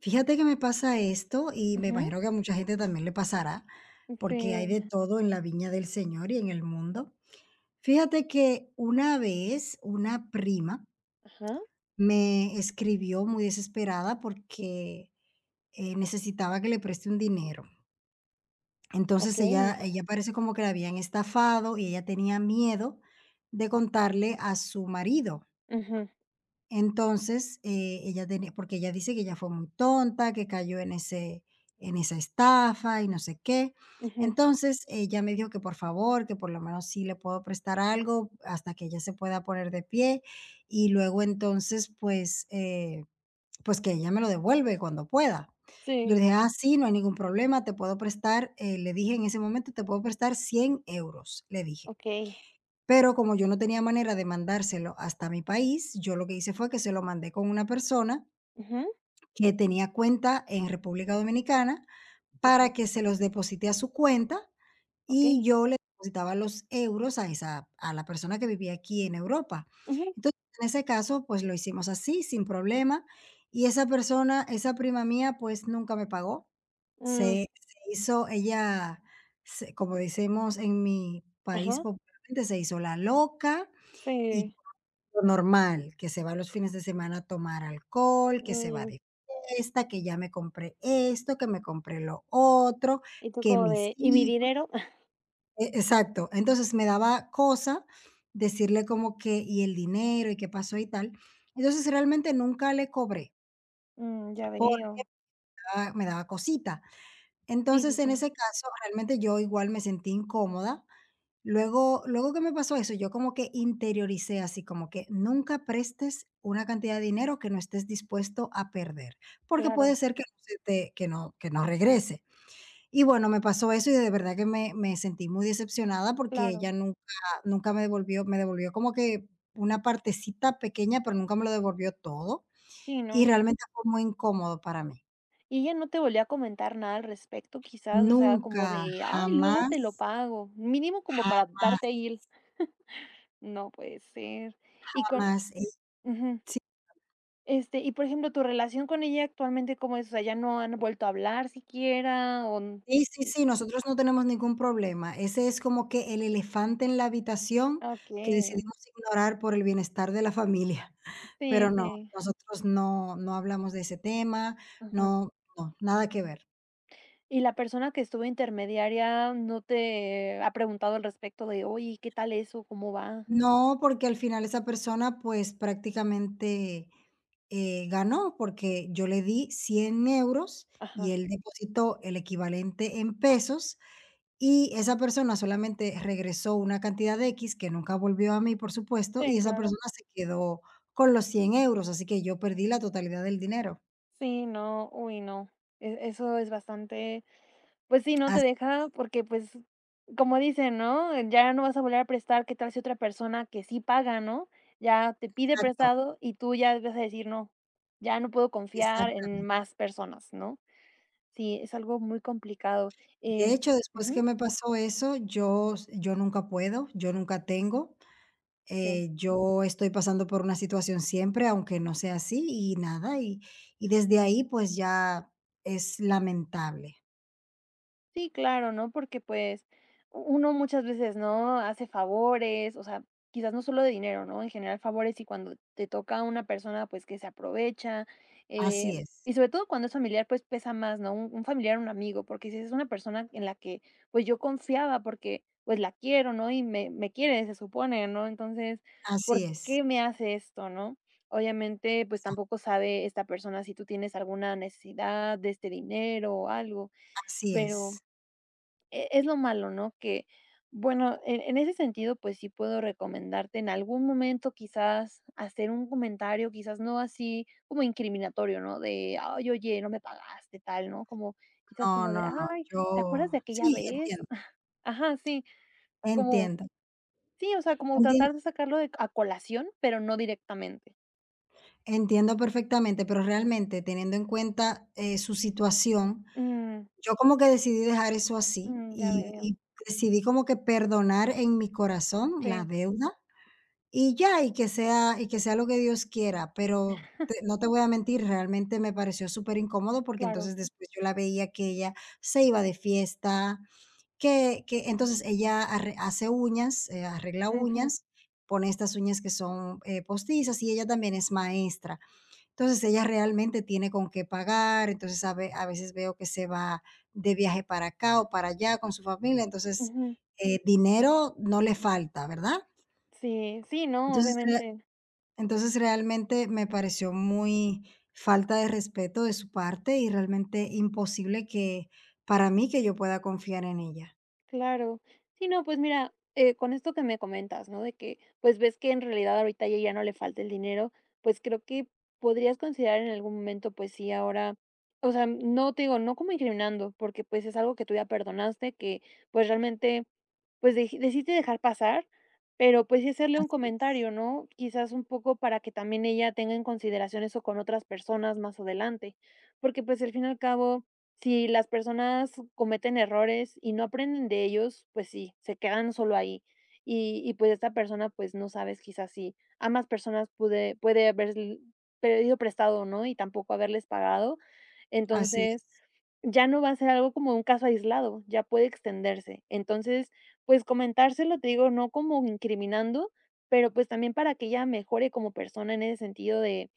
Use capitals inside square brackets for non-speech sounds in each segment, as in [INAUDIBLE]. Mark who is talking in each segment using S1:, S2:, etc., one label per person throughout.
S1: Fíjate que me pasa esto, y me
S2: Ujú,
S1: imagino que a mucha gente también le pasará, porque hay de
S2: sí,
S1: todo en la viña del Señor y en el mundo. Fíjate que una vez una prima
S2: ajá,
S1: me escribió muy desesperada porque, necesitaba que le preste un dinero. Entonces ella
S2: okey.
S1: ella parece como que la habían estafado y ella tenía miedo de contarle a su marido.
S2: Ujú,
S1: Entonces, ella tenía porque ella dice que ella fue muy tonta, que cayó en esa estafa y no sé qué.
S2: ujú,
S1: Entonces, ella me dijo que por favor, que por lo menos sí le puedo prestar algo hasta que ella se pueda poner de pie, y luego entonces, pues, pues que ella me lo devuelve cuando pueda. Yo
S2: sí,
S1: le dije: "Ah, sí, no hay ningún problema, te puedo prestar", le dije en ese momento: "Te puedo prestar 100 euros", le dije.
S2: okey.
S1: Pero como yo no tenía manera de mandárselo hasta mi país, yo lo que hice fue que se lo mandé con una persona
S2: Ujú,
S1: que tenía cuenta en República Dominicana para
S2: ajá,
S1: que se los deposite a su cuenta, y
S2: okey.
S1: yo le depositaba los euros a esa a la persona que vivía aquí en Europa.
S2: Ujú,
S1: Entonces, en ese caso, pues lo hicimos así, sin problema, y esa persona, esa prima mía, pues nunca me pagó.
S2: mm,
S1: Se hizo ella, se, como decimos en mi país
S2: ajá,
S1: popularmente, se hizo la loca, y
S2: sí,
S1: lo normal, que se va los fines de semana a tomar alcohol, que se va
S2: mm,
S1: de fiesta, que ya me compré esto, que me compré lo otro,
S2: y tú
S1: que
S2: como
S1: mis
S2: de: "¿Y mi
S1: hijos,
S2: dinero?". [LAUGHS]
S1: exacto. Entonces, me daba cosa decirle como que: "¿Y el dinero? ¿Y qué pasó?", y tal. Entonces, realmente nunca le cobré,
S2: Mm, ya
S1: por
S2: veo.
S1: me daba cosita.
S2: Sí,
S1: Entonces,
S2: sí,
S1: en
S2: sí,
S1: ese caso, realmente yo igual me sentí incómoda. Luego luego que me pasó eso, yo como que interioricé así como que nunca prestes una cantidad de dinero que no estés dispuesto a perder, porque puede
S2: claro,
S1: ser que no regrese. Y bueno, me pasó eso y de verdad que me sentí muy decepcionada porque ella
S2: claro.
S1: nunca me devolvió como que una partecita pequeña, pero nunca me lo devolvió todo,
S2: Sí,
S1: y
S2: no.
S1: realmente fue muy incómodo para mí.
S2: ¿Y ella no te volvió a comentar nada al respecto quizás? O sea, como
S1: Nunca,
S2: de: "Ay, luego te lo
S1: jamás,
S2: pago", mínimo como para darte ahí el. [LAUGHS] No puede ser. Y con
S1: jamás.
S2: ujú. Y por ejemplo, ¿tu relación con ella actualmente cómo es? O sea, ¿ya no han vuelto a hablar siquiera? O n
S1: Sí, sí, sí, nosotros no tenemos ningún problema. Ese es como que el elefante en la habitación que
S2: okey.
S1: decidimos ignorar por el bienestar de la familia.
S2: Sí,
S1: Pero no,
S2: sí.
S1: nosotros no hablamos de ese tema,
S2: Ajá.
S1: no, no, nada que ver.
S2: ¿Y la persona que estuvo intermediaria no te ha preguntado al respecto de: "Oye, ¿qué tal eso? ¿Cómo va?"
S1: No, porque al final esa persona, pues, prácticamente, ganó, porque yo le di 100 euros y
S2: Ajá.
S1: él depositó el equivalente en pesos. Y esa persona solamente regresó una cantidad de x que nunca volvió a mí, por supuesto, y
S2: Sí,
S1: esa
S2: claro.
S1: persona se quedó con los 100 euros, así que yo perdí la totalidad del dinero.
S2: Sí, no. Uy, no. E eso es bastante. Pues sí, no te
S1: Así,
S2: deja porque, pues, como dicen, ¿no? Ya no vas a volver a prestar, ¿qué tal si otra persona que sí paga, no? Ya te pide
S1: exacto,
S2: prestado y tú ya vas a decir: "No, ya no puedo confiar en
S1: exactamente.
S2: más personas", ¿no? Sí, es algo muy complicado,
S1: De
S2: eh
S1: hecho, después
S2: ujú,
S1: que me pasó eso, yo nunca puedo, yo nunca tengo,
S2: sí.
S1: yo estoy pasando por una situación siempre, aunque no sea así, y nada, y desde ahí, pues, ya es lamentable.
S2: Sí, claro, ¿no? Porque, pues, u- uno muchas veces, ¿no? Hace favores, o sea, quizás no solo de dinero, ¿no? En general favores y cuando te toca a una persona, pues, que se aprovecha,
S1: Así
S2: eh,
S1: es,
S2: y sobre todo cuando es familiar, pues, pesa más, ¿no? Un familiar, un amigo, porque si es una persona en la que, pues, yo confiaba porque, pues, la quiero, ¿no? Y me quiere, se supone, ¿no? Entonces,
S1: así
S2: ¿por
S1: es,
S2: qué me hace esto, ¿no? Obviamente, pues,
S1: sa
S2: tampoco sabe esta persona si tú tienes alguna necesidad de este dinero o algo,
S1: así
S2: pero
S1: es.
S2: e es lo malo, ¿no? Que, bueno, en ese sentido, pues sí puedo recomendarte en algún momento, quizás, hacer un comentario, quizás no así como incriminatorio, ¿no? De: "Ay, oye, no me pagaste", tal, ¿no? Como quizás
S1: No,
S2: como de:
S1: no, no,
S2: "Ay, ¿te
S1: yo
S2: acuerdas de aquella
S1: sí,
S2: vez?"
S1: entiendo,
S2: [LAUGHS] Ajá, sí, como
S1: entiendo,
S2: sí, o sea, como
S1: entien
S2: tratar de sacarlo de a colación, pero no directamente.
S1: entiendo perfectamente, pero realmente teniendo en cuenta, su situación,
S2: Mm,
S1: yo como que decidí dejar eso así
S2: mm, ya
S1: y
S2: veo.
S1: y decidí como que perdonar en mi corazón la
S2: Sí,
S1: deuda y ya, y que sea lo que Dios quiera, pero te no te voy a mentir, realmente me pareció súper incómodo porque
S2: claro.
S1: entonces después yo la veía que ella se iba de fiesta. Que entonces ella arre hace uñas, arregla
S2: Ujú,
S1: uñas, pone estas uñas que son, postizas, y ella también es maestra. Entonces, ella realmente tiene con qué pagar, entonces, a veces veo que se va de viaje para acá o para allá con su familia, entonces,
S2: ujú.
S1: dinero no le falta, ¿verdad?
S2: Sí, sí, no,
S1: Entonces, re
S2: obviamente.
S1: entonces, realmente me pareció muy falta de respeto de su parte y realmente imposible que para mí que yo pueda confiar en ella.
S2: Claro. Sí, no, pues mira, con esto que me comentas, ¿no? De que, pues ves que en realidad ahorita a ella ya no le falta el dinero, pues creo que podrías considerar en algún momento, pues sí, ahora, o sea, no te digo, no como incriminando, porque pues es algo que tú ya perdonaste, que pues realmente, pues dej- decidiste dejar pasar, pero pues sí hacerle un
S1: Así es,
S2: comentario, ¿no? Quizás un poco para que también ella tenga en consideración eso con otras personas más adelante, porque pues al fin y al cabo si las personas cometen errores y no aprenden de ellos, pues sí, se quedan solo ahí. Pues, esta persona, pues, no sabes quizás si ambas personas pude puede haber pedido prestado, ¿no? Y tampoco haberles pagado.
S1: así
S2: Entonces,
S1: es.
S2: ya no va a ser algo como un caso aislado, ya puede extenderse. Entonces, pues, comentárselo, te digo, no como incriminando, pero, pues, también para que ella mejore como persona en ese sentido de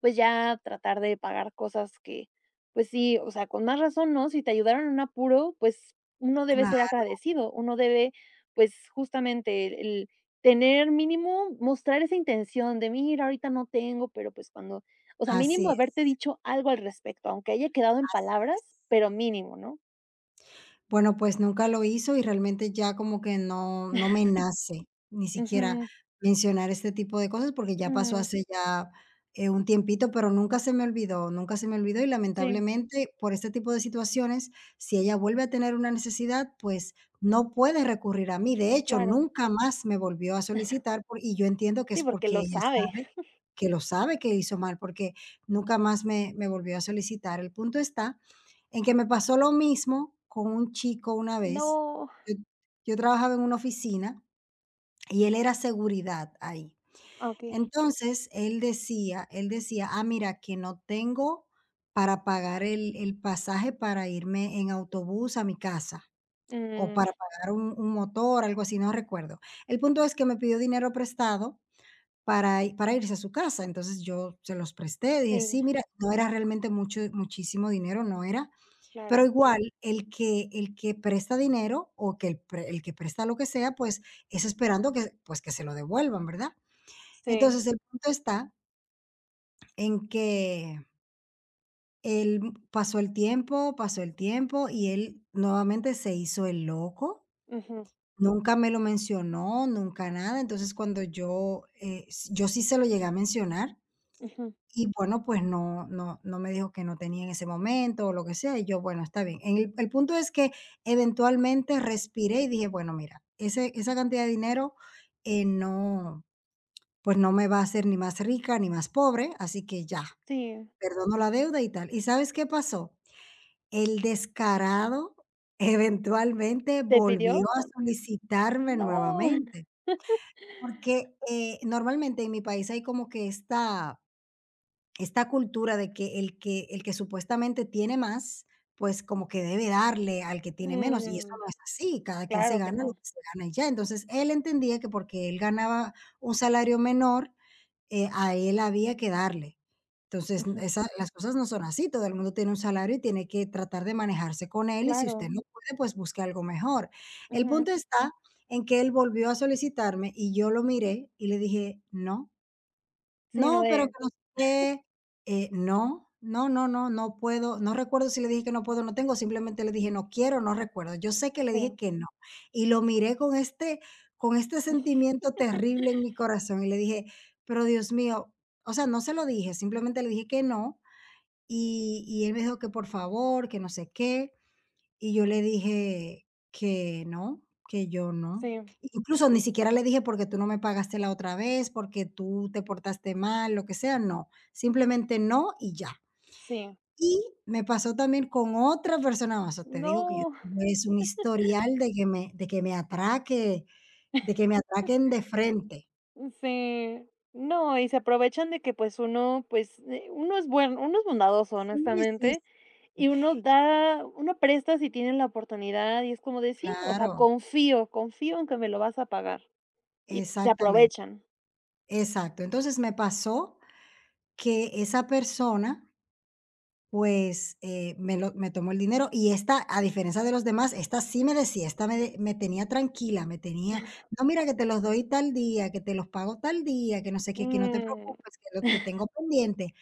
S2: pues, ya tratar de pagar cosas que, pues sí, o sea, con más razón, ¿no? Si te ayudaron en un apuro, pues, uno debe ser
S1: Claro,
S2: agradecido, uno debe, pues, justamente el tener mínimo, mostrar esa intención de: "Mira, ahorita no tengo, pero, pues, cuando", o sea,
S1: así
S2: mínimo haberte
S1: es,
S2: dicho algo al respecto, aunque haya quedado en
S1: así es.
S2: palabras, pero mínimo, ¿no?
S1: Bueno, pues nunca lo hizo y realmente ya como que no me nace ni siquiera
S2: Ujú,
S1: mencionar este tipo de cosas, porque ya pasó
S2: mm,
S1: hace ya, un tiempito, pero nunca se me olvidó, nunca se me olvidó, y
S2: sí,
S1: lamentablemente por este tipo de situaciones, si ella vuelve a tener una necesidad, pues no puede recurrir a mí. De hecho,
S2: claro.
S1: nunca más me volvió a solicitar por y yo entiendo que
S2: Sí,
S1: es
S2: porque
S1: porque
S2: lo
S1: ella
S2: sabe.
S1: sabe que lo sabe, que hizo mal, porque nunca más me volvió a solicitar. El punto está en que me pasó lo mismo con un chico una vez.
S2: No,
S1: Yo yo trabajaba en una oficina y él era seguridad ahí.
S2: ah, okey.
S1: Entonces, él decía: "Ah, mira, que no tengo para pagar el pasaje para irme en autobús a mi casa, o
S2: Mm,
S1: para pagar un motor", algo así, no recuerdo. El punto es que me pidió dinero prestado para irse a su casa. Entonces, yo se los presté, dije: "Sí,
S2: sí,
S1: mira", no era realmente mucho muchísimo dinero, no era, pero
S2: claro.
S1: igual, el que presta dinero, o que el pre el que presta lo que sea, pues, es esperando que, pues, que se lo devuelvan, ¿verdad?
S2: Sí,
S1: Entonces, el punto está en que él pasó el tiempo y él nuevamente se hizo el loco.
S2: ujú,
S1: Nunca me lo mencionó, nunca nada. Entonces, cuando yo, s yo sí se lo llegué a mencionar.
S2: ujú.
S1: Y bueno, pues no me dijo que no tenía en ese momento o lo que sea, y yo, bueno, está bien. En el punto es que eventualmente respiré y dije: "Bueno, mira, ese esa cantidad de dinero, no, pues no me va a hacer ni más rica ni más pobre, así que ya,
S2: Sí,
S1: perdono la deuda y tal". ¿Y sabes qué pasó? El descarado [LAUGHS] eventualmente
S2: ¿te pidió?
S1: volvió a solicitarme
S2: No.
S1: nuevamente,
S2: [LAUGHS]
S1: porque, normalmente en mi país hay como que esta cultura de que el que supuestamente tiene más, pues, como que debe darle al que tiene menos, y eso
S2: Mm,
S1: no es así, cada quien se
S2: claro que
S1: gana lo
S2: no.
S1: que se gana y ya. Entonces, él entendía que porque él ganaba un salario menor, a él había que darle. Entonces, n-
S2: Ujú,
S1: esa las cosas no son así, todo el mundo tiene un salario y tiene que tratar de manejarse con él, y si usted
S2: claro.
S1: no puede, pues, busque algo mejor. El
S2: Ujú.
S1: punto está en que él volvió a solicitarme y yo lo miré y le dije: "No".
S2: Sí, no
S1: No, pero que
S2: de
S1: no sé qué. No, no, no, no, no puedo. No recuerdo si le dije que no puedo, no tengo, simplemente le dije: "No quiero, no recuerdo". Yo sé que le dije
S2: sí,
S1: que no, y lo miré con este
S2: [LAUGHS]
S1: sentimiento terrible en mi corazón, y le dije: "Pero Dios mío", o sea, no se lo dije, simplemente le dije que no, y él me dijo que por favor, que no sé qué. Y yo le dije que no, que yo no.
S2: sí,
S1: Incluso ni siquiera le dije porque tú no me pagaste la otra vez, porque tú te portaste mal, lo que sea, no. Simplemente no y ya.
S2: sí.
S1: Y me pasó también con otra persona más. O te digo que yo
S2: No,
S1: tengo es un historial de que me atraque, de que me atraquen de frente.
S2: sí, no, y se aprovechan de que, pues, uno es buen uno es bondadoso,
S1: Sí, sí,
S2: honestamente, y uno da uno presta si tiene la oportunidad, y es como de sí, o sea,
S1: claro,
S2: confío, confío en que me lo vas a pagar, y se
S1: exactamente,
S2: aprovechan.
S1: exacto. Entonces me pasó que esa persona, pues, me tomó el dinero, y esta, a diferencia de los demás, esta sí me decía, esta me tenía tranquila, me tenía: "No, mira, que te los doy tal día, que te los pago tal día, que no sé qué, que no te
S2: Mm,
S1: preocupes, que lo te tengo pendiente".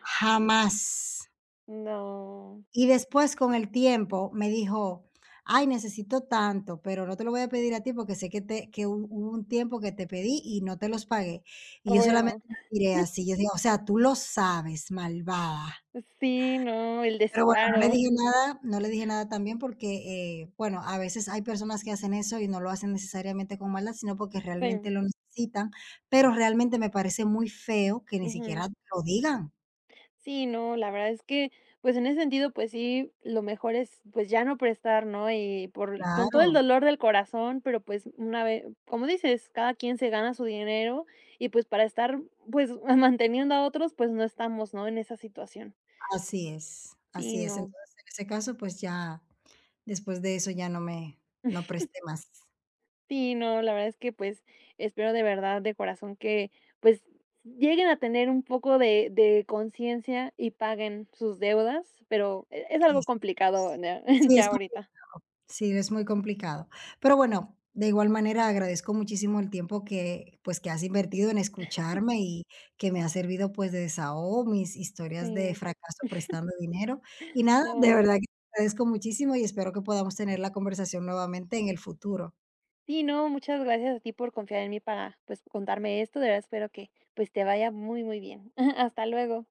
S1: Jamás.
S2: no,
S1: Y después, con el tiempo, me dijo: "Ay, necesito tanto, pero no te lo voy a pedir a ti porque sé que te que hu hubo un tiempo que te pedí y no te los pagué". Y yo solamente
S2: bueno.
S1: la miré así, yo dije: "O sea, tú lo sabes, malvada".
S2: Sí, no, el
S1: Pero bueno, no le
S2: descaro.
S1: dije
S2: [LAUGHS]
S1: nada, no le dije nada también porque, bueno, a veces hay personas que hacen eso y no lo hacen necesariamente con maldad, sino porque
S2: Sí,
S1: realmente lo necesitan, pero realmente me parece muy feo que ni
S2: ujú.
S1: siquiera lo digan.
S2: Sí, no, la verdad es que, pues, en ese sentido, pues sí, lo mejor es, pues, ya no prestar, ¿no? Y por con todo el
S1: Claro,
S2: dolor del corazón, pero, pues, una vez, como dices, cada quien se gana su dinero y, pues, para estar, pues, [LAUGHS] manteniendo a otros, pues, no estamos, ¿no? En esa situación.
S1: así es,
S2: Sí,
S1: así es.
S2: no.
S1: Entonces, en ese caso, pues ya después de eso ya no presté más.
S2: Sí, no, la verdad es que, pues, espero de verdad, de corazón que, pues, lleguen a tener un poco de conciencia y paguen sus deudas, pero e es
S1: Ay,
S2: algo complicado
S1: esperemos.
S2: ya [LAUGHS]
S1: Sí,
S2: ya
S1: es complicado.
S2: ahorita.
S1: Sí, es muy complicado. Pero bueno, de igual manera agradezco muchísimo el tiempo que, pues, que has invertido en escucharme, y que me ha servido, pues, de desahogo, mis historias de
S2: Sí,
S1: fracaso prestando dinero. Y nada, de
S2: no.
S1: verdad que te agradezco muchísimo y espero que podamos tener la conversación nuevamente en el futuro.
S2: Sí, no, muchas gracias a ti por confiar en mí para, pues, contarme esto, de verdad espero que, pues, te vaya muy, muy bien. [LAUGHS] Hasta luego.